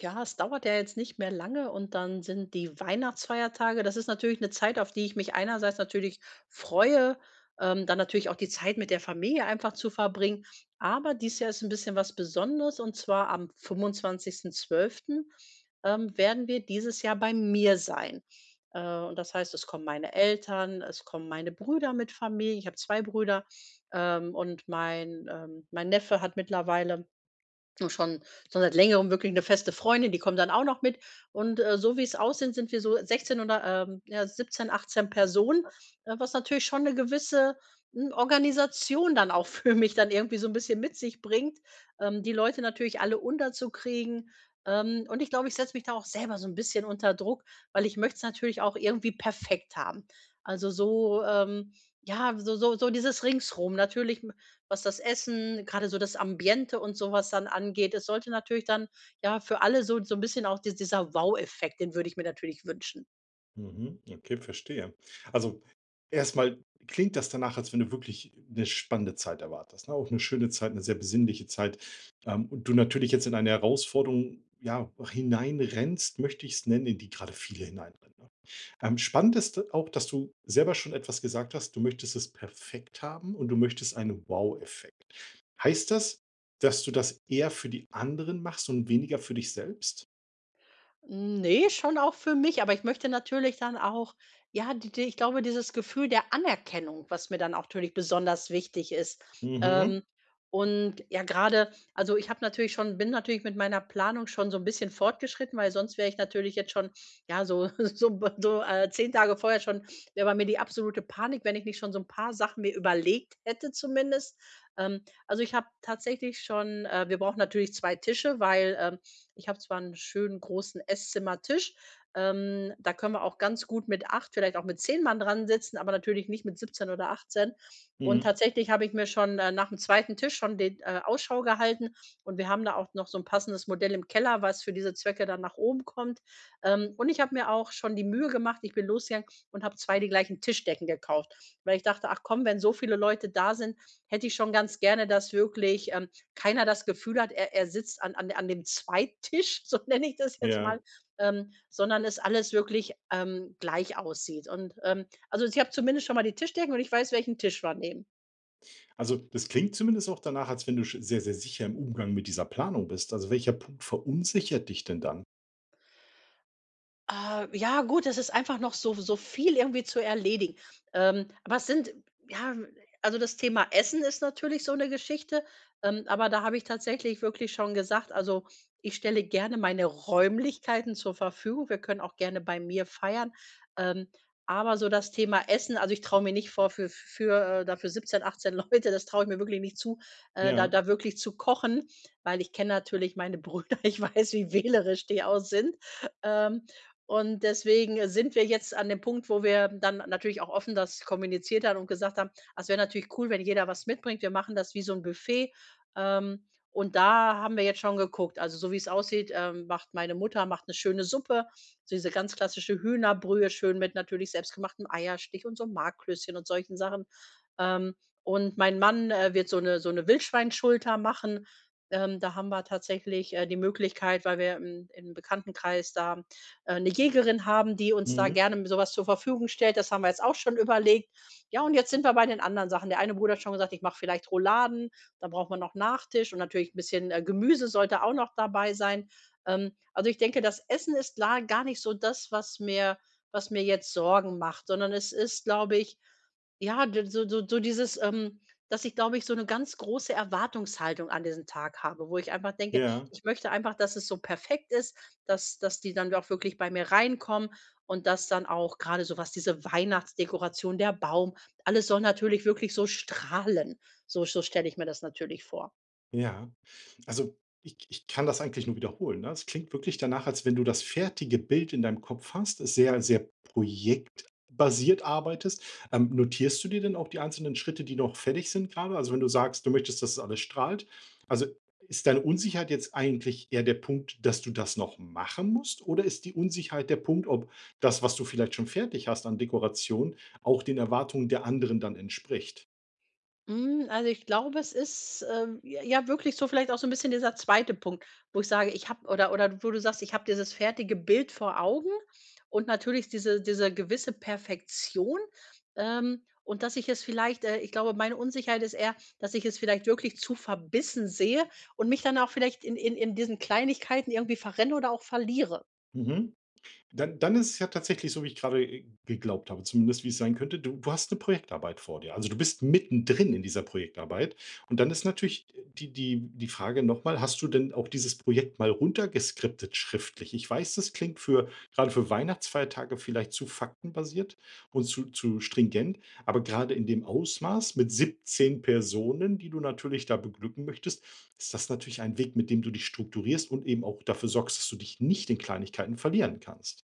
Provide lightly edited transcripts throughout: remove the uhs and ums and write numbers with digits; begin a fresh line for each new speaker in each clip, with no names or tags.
Ja, es dauert ja jetzt nicht mehr lange und dann sind die Weihnachtsfeiertage. Das ist natürlich eine Zeit, auf die ich mich einerseits natürlich freue, dann natürlich auch die Zeit mit der Familie einfach zu verbringen. Aber dieses Jahr ist ein bisschen was Besonderes und zwar am 25.12., werden wir dieses Jahr bei mir sein. Und das heißt, es kommen meine Eltern, es kommen meine Brüder mit Familie. Ich habe 2 Brüder, und mein Neffe hat mittlerweile und schon seit Längerem wirklich eine feste Freundin, die kommt dann auch noch mit. Und, so wie es aussieht, sind wir so 16 oder, ja, 17, 18 Personen, was natürlich schon eine gewisse, Organisation dann auch für mich dann irgendwie so ein bisschen mit sich bringt, die Leute natürlich alle unterzukriegen. Und ich glaube, ich setze mich da auch selber so ein bisschen unter Druck, weil ich möchte es natürlich auch irgendwie perfekt haben. Also so, ja, so dieses Ringsrum. Natürlich was das Essen, gerade so das Ambiente und sowas dann angeht. Es sollte natürlich dann, ja, für alle so ein bisschen auch dieser Wow-Effekt, den würde ich mir natürlich wünschen.
Mhm. Okay, verstehe. Also erstmal klingt das danach, als wenn du wirklich eine spannende Zeit erwartest, ne? Auch eine schöne Zeit, eine sehr besinnliche Zeit, und du natürlich jetzt in eine Herausforderung, ja, hineinrennst, möchte ich es nennen, in die gerade viele hineinrennen, ne? Spannend ist auch, dass du selber schon etwas gesagt hast, du möchtest es perfekt haben und du möchtest einen Wow-Effekt. Heißt das, dass du das eher für die anderen machst und weniger für dich selbst?
Nee, schon auch für mich, aber ich möchte natürlich dann auch ja, die ich glaube, dieses Gefühl der Anerkennung, was mir dann auch natürlich besonders wichtig ist.
Mhm,
Ähm, und ja, gerade also, ich habe natürlich schon bin natürlich mit meiner Planung schon so ein bisschen fortgeschritten, weil sonst wäre ich natürlich jetzt schon, ja, so so 10 Tage vorher schon wäre bei mir die absolute Panik, wenn ich nicht schon so ein paar Sachen mir überlegt hätte zumindest. Also, ich habe tatsächlich schon wir brauchen natürlich 2 Tische, weil, ich habe zwar einen schönen großen Esszimmertisch, da können wir auch ganz gut mit 8, vielleicht auch mit 10 Mann dran sitzen, aber natürlich nicht mit 17 oder 18. Und
mhm,
tatsächlich habe ich mir schon, nach dem zweiten Tisch schon den, Ausschau gehalten und wir haben da auch noch so ein passendes Modell im Keller, was für diese Zwecke dann nach oben kommt. Und ich habe mir auch schon die Mühe gemacht, ich bin losgegangen und habe 2 die gleichen Tischdecken gekauft, weil ich dachte: „Ach komm, wenn so viele Leute da sind, hätte ich schon ganz gerne, dass wirklich, keiner das Gefühl hat, er sitzt an dem Zweigtisch“, so nenne ich das jetzt
ja.
mal, sondern es alles wirklich, gleich aussieht. Und, also, ich habe zumindest schon mal die Tischdecken und ich weiß, welchen Tisch wir nehmen.
Also, das klingt zumindest auch danach, als wenn du sch sehr, sehr sicher im Umgang mit dieser Planung bist. Also, welcher Punkt verunsichert dich denn dann?
Ja gut, das ist einfach noch so viel irgendwie zu erledigen. Aber es sind ja, also das Thema Essen ist natürlich so eine Geschichte, aber da habe ich tatsächlich wirklich schon gesagt, also, ich stelle gerne meine Räumlichkeiten zur Verfügung. Wir können auch gerne bei mir feiern. Ähm, aber so das Thema Essen, also, ich traue mir nicht vor für 17, 18 Leute, das traue ich mir wirklich nicht zu, äh, da
Ja,
da wirklich zu kochen, weil ich kenne natürlich meine Brüder, ich weiß, wie wählerisch die auch sind. Ähm, und deswegen sind wir jetzt an dem Punkt, wo wir dann natürlich auch offen das kommuniziert haben und gesagt haben: „Ah, es wäre natürlich cool, wenn jeder was mitbringt. Wir machen das wie so ein Buffet.“ Ähm, und da haben wir jetzt schon geguckt. Also, so wie es aussieht, macht meine Mutter macht 'ne schöne Suppe, so diese ganz klassische Hühnerbrühe, schön mit natürlich selbstgemachtem Eierstich und so Marklöschen und solchen Sachen. Ähm, und mein Mann, wird so 'ne Wildschweinschulter machen. Da haben wir tatsächlich, die Möglichkeit, weil wir im Bekanntenkreis da 'ne Jägerin haben, die uns da
mhm,
gerne sowas zur Verfügung stellt. Das haben wir jetzt auch schon überlegt. Ja, und jetzt sind wir bei den anderen Sachen. Der eine Bruder hat schon gesagt: „Ich mache vielleicht Rouladen, dann braucht man noch Nachtisch und natürlich ein bisschen, Gemüse sollte auch noch dabei sein.“ Also, ich denke, das Essen ist la gar nicht so das, was mir jetzt Sorgen macht, sondern es ist, glaube ich, ja, d so dieses, dass ich, glaube ich, so eine ganz große Erwartungshaltung an diesen Tag habe, wo ich einfach denke,
ja.
ich möchte einfach, dass es so perfekt ist, dass die dann auch wirklich bei mir reinkommen und dass dann auch gerade so was diese Weihnachtsdekoration, der Baum, alles soll natürlich wirklich so strahlen. So stelle ich mir das natürlich vor.
Ja, also ich kann das eigentlich nur wiederholen, ne? Es klingt wirklich danach, als wenn du das fertige Bild in deinem Kopf hast, es sehr, sehr projektbasiert arbeitest. Notierst du dir denn auch die einzelnen Schritte, die noch fertig sind gerade? Also, wenn du sagst, du möchtest, dass es alles strahlt. Also, ist deine Unsicherheit jetzt eigentlich eher der Punkt, dass du das noch machen musst? Oder ist die Unsicherheit der Punkt, ob das, was du vielleicht schon fertig hast an Dekoration, auch den Erwartungen der anderen dann entspricht?
Also, ich glaube, es ist, j ja wirklich so vielleicht auch so ein bisschen dieser zweite Punkt, wo ich sage, ich habe oder wo du sagst, ich habe dieses fertige Bild vor Augen und natürlich diese gewisse Perfektion, und dass ich es vielleicht ich glaube, meine Unsicherheit ist eher, dass ich es vielleicht wirklich zu verbissen sehe und mich dann auch vielleicht in diesen Kleinigkeiten irgendwie verrenne oder auch verliere.
Mhm. Dann dann ist es ja tatsächlich so, wie ich gerade, geglaubt habe, zumindest wie es sein könnte. Du hast eine Projektarbeit vor dir. Also, du bist mittendrin in dieser Projektarbeit und dann ist natürlich, die Frage noch mal: Hast du denn auch dieses Projekt mal runtergeskriptet schriftlich? Ich weiß, das klingt für gerade für Weihnachtsfeiertage vielleicht zu faktenbasiert und zu stringent, aber gerade in dem Ausmaß mit 17 Personen, die du natürlich da beglücken möchtest, ist das natürlich ein Weg, mit dem du dich strukturierst und eben auch dafür sorgst, dass du dich nicht in Kleinigkeiten verlieren kannst.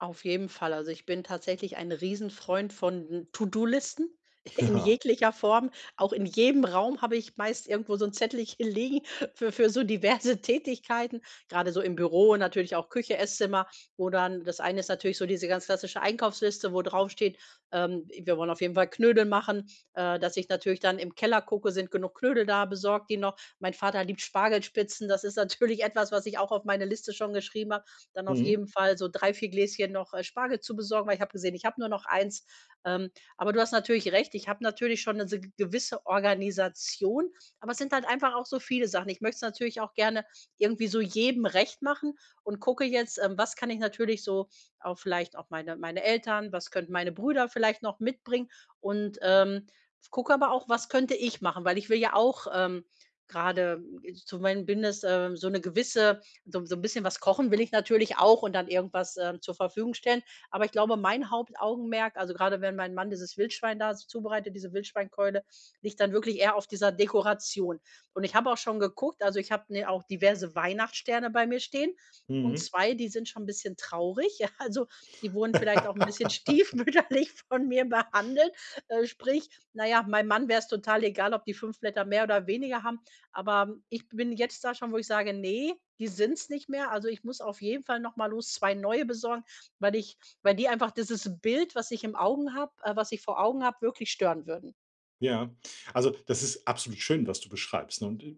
Auf jeden Fall. Also, ich bin tatsächlich ein Riesenfreund von To-do-Listen in
Ja.
jeglicher Form. Auch in jedem Raum habe ich meist irgendwo so ein Zettelchen liegen für so diverse Tätigkeiten. Gerade so im Büro, natürlich auch Küche, Esszimmer, wo dann das eine ist natürlich so diese ganz klassische Einkaufsliste, wo draufsteht, wir wollen auf jeden Fall Knödel machen, dass ich natürlich dann im Keller gucke, sind genug Knödel da, besorgt die noch. Mein Vater liebt Spargelspitzen, das ist natürlich etwas, was ich auch auf meine Liste schon geschrieben habe, dann auf
Mhm,
jeden Fall so 3 4 Gläschen noch, Spargel zu besorgen, weil ich habe gesehen, ich habe nur noch eins. Ähm, aber du hast natürlich recht, ich habe natürlich schon eine se gewisse Organisation, aber es sind halt einfach auch so viele Sachen. Ich möchte es natürlich auch gerne irgendwie so jedem recht machen und gucke jetzt, was kann ich natürlich so auch vielleicht auch meine Eltern, was könnten meine Brüder vielleicht noch mitbringen und, gucke aber auch, was könnte ich machen, weil ich will ja auch, grade zumindest, so eine gewisse so ein bisschen was kochen will ich natürlich auch und dann irgendwas, zur Verfügung stellen. Aber ich glaube, mein Hauptaugenmerk, also gerade wenn mein Mann dieses Wildschwein da so zubereitet, diese Wildschweinkeule, liegt dann wirklich eher auf dieser Dekoration. Und ich habe auch schon geguckt, also ich habe mir auch diverse Weihnachtssterne bei mir stehen und
mhm.
2 die sind schon ein bisschen traurig. Also die wurden vielleicht auch ein bisschen stiefmütterlich von mir behandelt. Sprich, na ja, meinem Mann wäre es total egal, ob die 5 Blätter mehr oder weniger haben. Aber ich bin jetzt da schon, wo ich sage: „Nee, die sind's nicht mehr.“ Also, ich muss auf jeden Fall noch mal los 2 neue besorgen, weil ich weil die einfach dieses Bild, was ich im Augen habe was ich vor Augen habe, wirklich stören würden.
Ja. Also, das ist absolut schön, was du beschreibst, ne? Und,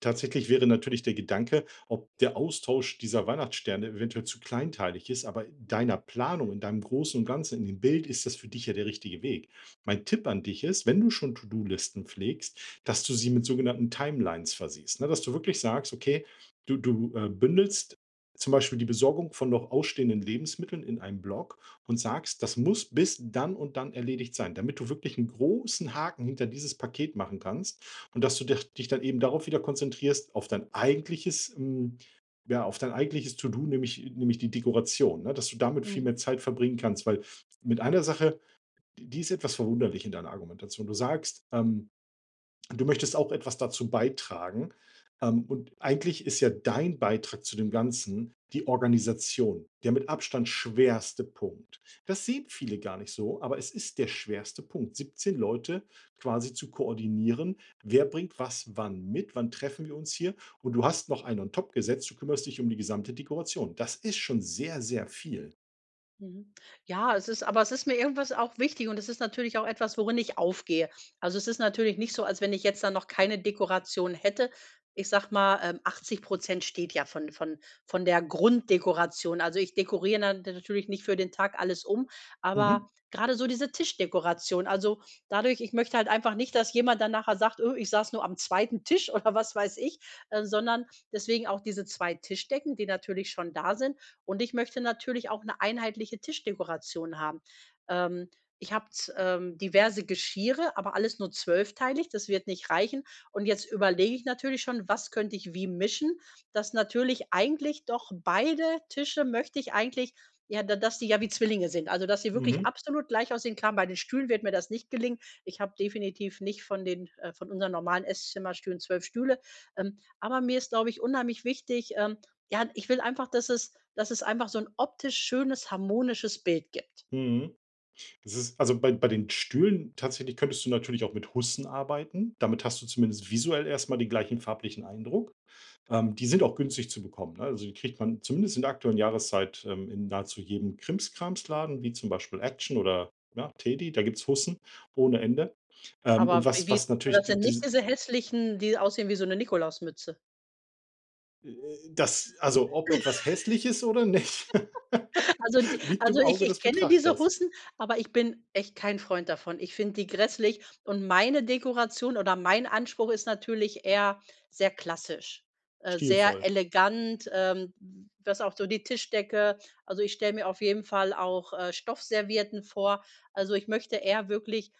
tatsächlich wäre natürlich der Gedanke, ob der Austausch dieser Weihnachtssterne eventuell zu kleinteilig ist, aber in deiner Planung, in deinem Großen und Ganzen, in dem Bild ist das für dich ja der richtige Weg. Mein Tipp an dich ist, wenn du schon To-do-Listen pflegst, dass du sie mit sogenannten Timelines versiehst, ne? Dass du wirklich sagst: „Okay, bündelst zum Beispiel die Besorgung von noch ausstehenden Lebensmitteln in einem Block und sagst, das muss bis dann und dann erledigt sein, damit du wirklich einen großen Haken hinter dieses Paket machen kannst und dass du dich dann eben darauf wieder konzentrierst, auf dein eigentliches hm, ja, auf dein eigentliches To-do, nämlich die Dekoration, ne, dass du damit viel
Mhm.
mehr Zeit verbringen kannst, weil mit einer Sache, die ist etwas verwunderlich in deiner Argumentation. Du sagst, Du möchtest auch etwas dazu beitragen. Und eigentlich ist ja dein Beitrag zu dem Ganzen die Organisation, der mit Abstand schwerste Punkt. Das sehen viele gar nicht so, aber es ist der schwerste Punkt, 17 Leute quasi zu koordinieren. Wer bringt was wann mit? Wann treffen wir uns hier? Und du hast noch einen on top gesetzt, du kümmerst dich um die gesamte Dekoration. Das ist schon sehr, sehr viel.
Mhm. Ja, es ist mir irgendwas auch wichtig und es ist natürlich auch etwas, worin ich aufgehe. Also, es ist natürlich nicht so, als wenn ich jetzt dann noch keine Dekoration hätte. Ich sag mal, 80% steht ja von der Grunddekoration. Also, ich dekoriere natürlich nicht für den Tag alles um,
Mhm,
aber gerade so diese Tischdekoration. Also, dadurch ich möchte halt einfach nicht, dass jemand dann nachher sagt: ich saß nur am zweiten Tisch“, oder was weiß ich, sondern deswegen auch diese 2 Tischdecken, die natürlich schon da sind. Und ich möchte natürlich auch eine einheitliche Tischdekoration haben. Ähm, ich habe diverse Geschirre, aber alles nur 12-teilig, das wird nicht reichen. Und jetzt überlege ich natürlich schon, was könnte ich wie mischen, dass natürlich eigentlich doch beide Tische möchte ich eigentlich ja, da dass die ja wie Zwillinge sind. Also, dass sie wirklich
mhm,
absolut gleich aussehen. Klar, bei den Stühlen wird mir das nicht gelingen. Ich habe definitiv nicht von den von unseren normalen Esszimmerstühlen 12 Stühle. Aber mir ist, glaube ich, unheimlich wichtig, ja, ich will einfach, dass es, dass es einfach so 'n optisch schönes, harmonisches Bild gibt.
mhm. Das ist also bei den Stühlen tatsächlich könntest du natürlich auch mit Hussen arbeiten. Damit hast du zumindest visuell erst mal den gleichen farblichen Eindruck. Die sind auch günstig zu bekommen, ne? Also, die kriegt man zumindest in der aktuellen Jahreszeit, in nahezu jedem Krimskramsladen, wie zum Beispiel Action oder, ja, Teddy, da gibt's Hussen ohne Ende. Und
Aber wie
was
wie
was natürlich
das
d
denn nicht
dies
diese hässlichen, die aussehen wie so 'ne Nikolausmütze?
äh, das also, ob etwas hässlich ist oder nicht,
Also d
liegt im
also ich
Auge
ich
des
kenne diese
Betrachters.
Hussen, aber ich bin echt kein Freund davon. Ich finde die grässlich und meine Dekoration oder mein Anspruch ist natürlich eher sehr klassisch, sehr
Stilvoll.
elegant, was auch so die Tischdecke, also ich stelle mir auf jeden Fall auch, Stoffservietten vor. Also, ich möchte eher wirklich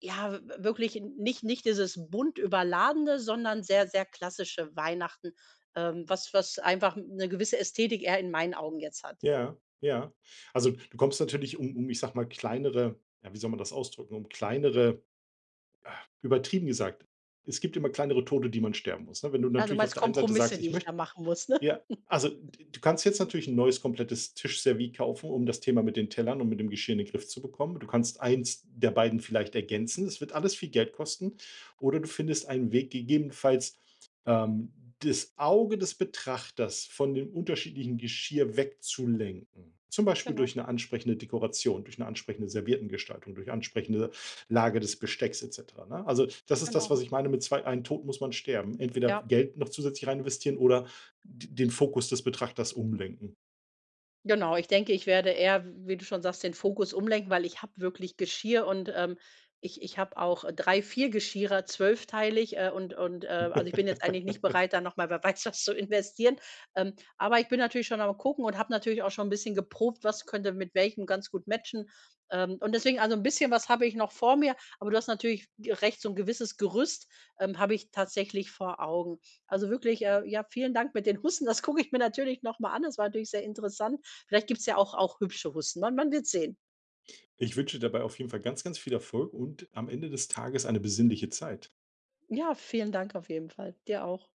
ja, w wirklich nicht dieses bunt überladene, sondern sehr, sehr klassische Weihnachten, was einfach 'ne gewisse Ästhetik eher in meinen Augen jetzt hat.
Ja, ja. Also, du kommst natürlich ich sage mal, kleinere, ja, wie soll man das ausdrücken, um kleinere, übertrieben gesagt, es gibt immer kleinere Tode, die man sterben muss, ne? Wenn du
Ah, du
natürlich auf
meinst
der einen Seite sagst:
Kompromisse, die
„Ich
ich
möchte“,
da machen muss, ne?
ja, also d du kannst jetzt natürlich ein neues komplettes Tischservie kaufen, um das Thema mit den Tellern und mit dem Geschirr in den Griff zu bekommen. Du kannst eins der beiden vielleicht ergänzen. Das wird alles viel Geld kosten. Oder du findest einen Weg, gegebenenfalls, ähm, das Auge des Betrachters von dem unterschiedlichen Geschirr wegzulenken. Zum Beispiel
Genau,
durch eine ansprechende Dekoration, durch eine ansprechende Serviettengestaltung, durch ansprechende Lage des Bestecks et cetera, ne? Also, das ist das,
genau.
was ich meine mit zwei einen Tod muss man sterben. Entweder
Ja.
Geld noch zusätzlich rein investieren oder den Fokus des Betrachters umlenken.
Genau, ich denke, ich werde eher, wie du schon sagst, den Fokus umlenken, weil ich habe wirklich Geschirr und, ich habe auch 3, 4 Geschirrer, 12-teilig, und also, ich bin jetzt eigentlich nicht bereit, da noch mal wer weiß was zu investieren. Aber ich bin natürlich schon am Gucken und habe natürlich auch schon ein bisschen geprobt, was könnte mit welchem ganz gut matchen. Und deswegen also, ein bisschen was habe ich noch vor mir, aber du hast natürlich recht, so ein gewisses Gerüst, habe ich tatsächlich vor Augen. Also, wirklich, ja, vielen Dank mit den Hussen. Das gucke ich mir natürlich noch mal an. Das war natürlich sehr interessant. Vielleicht gibt's ja auch hübsche Hussen. Man wird sehen.
Ich wünsche dabei auf jeden Fall ganz, ganz viel Erfolg und am Ende des Tages eine besinnliche Zeit.
Ja, vielen Dank auf jeden Fall. Dir auch.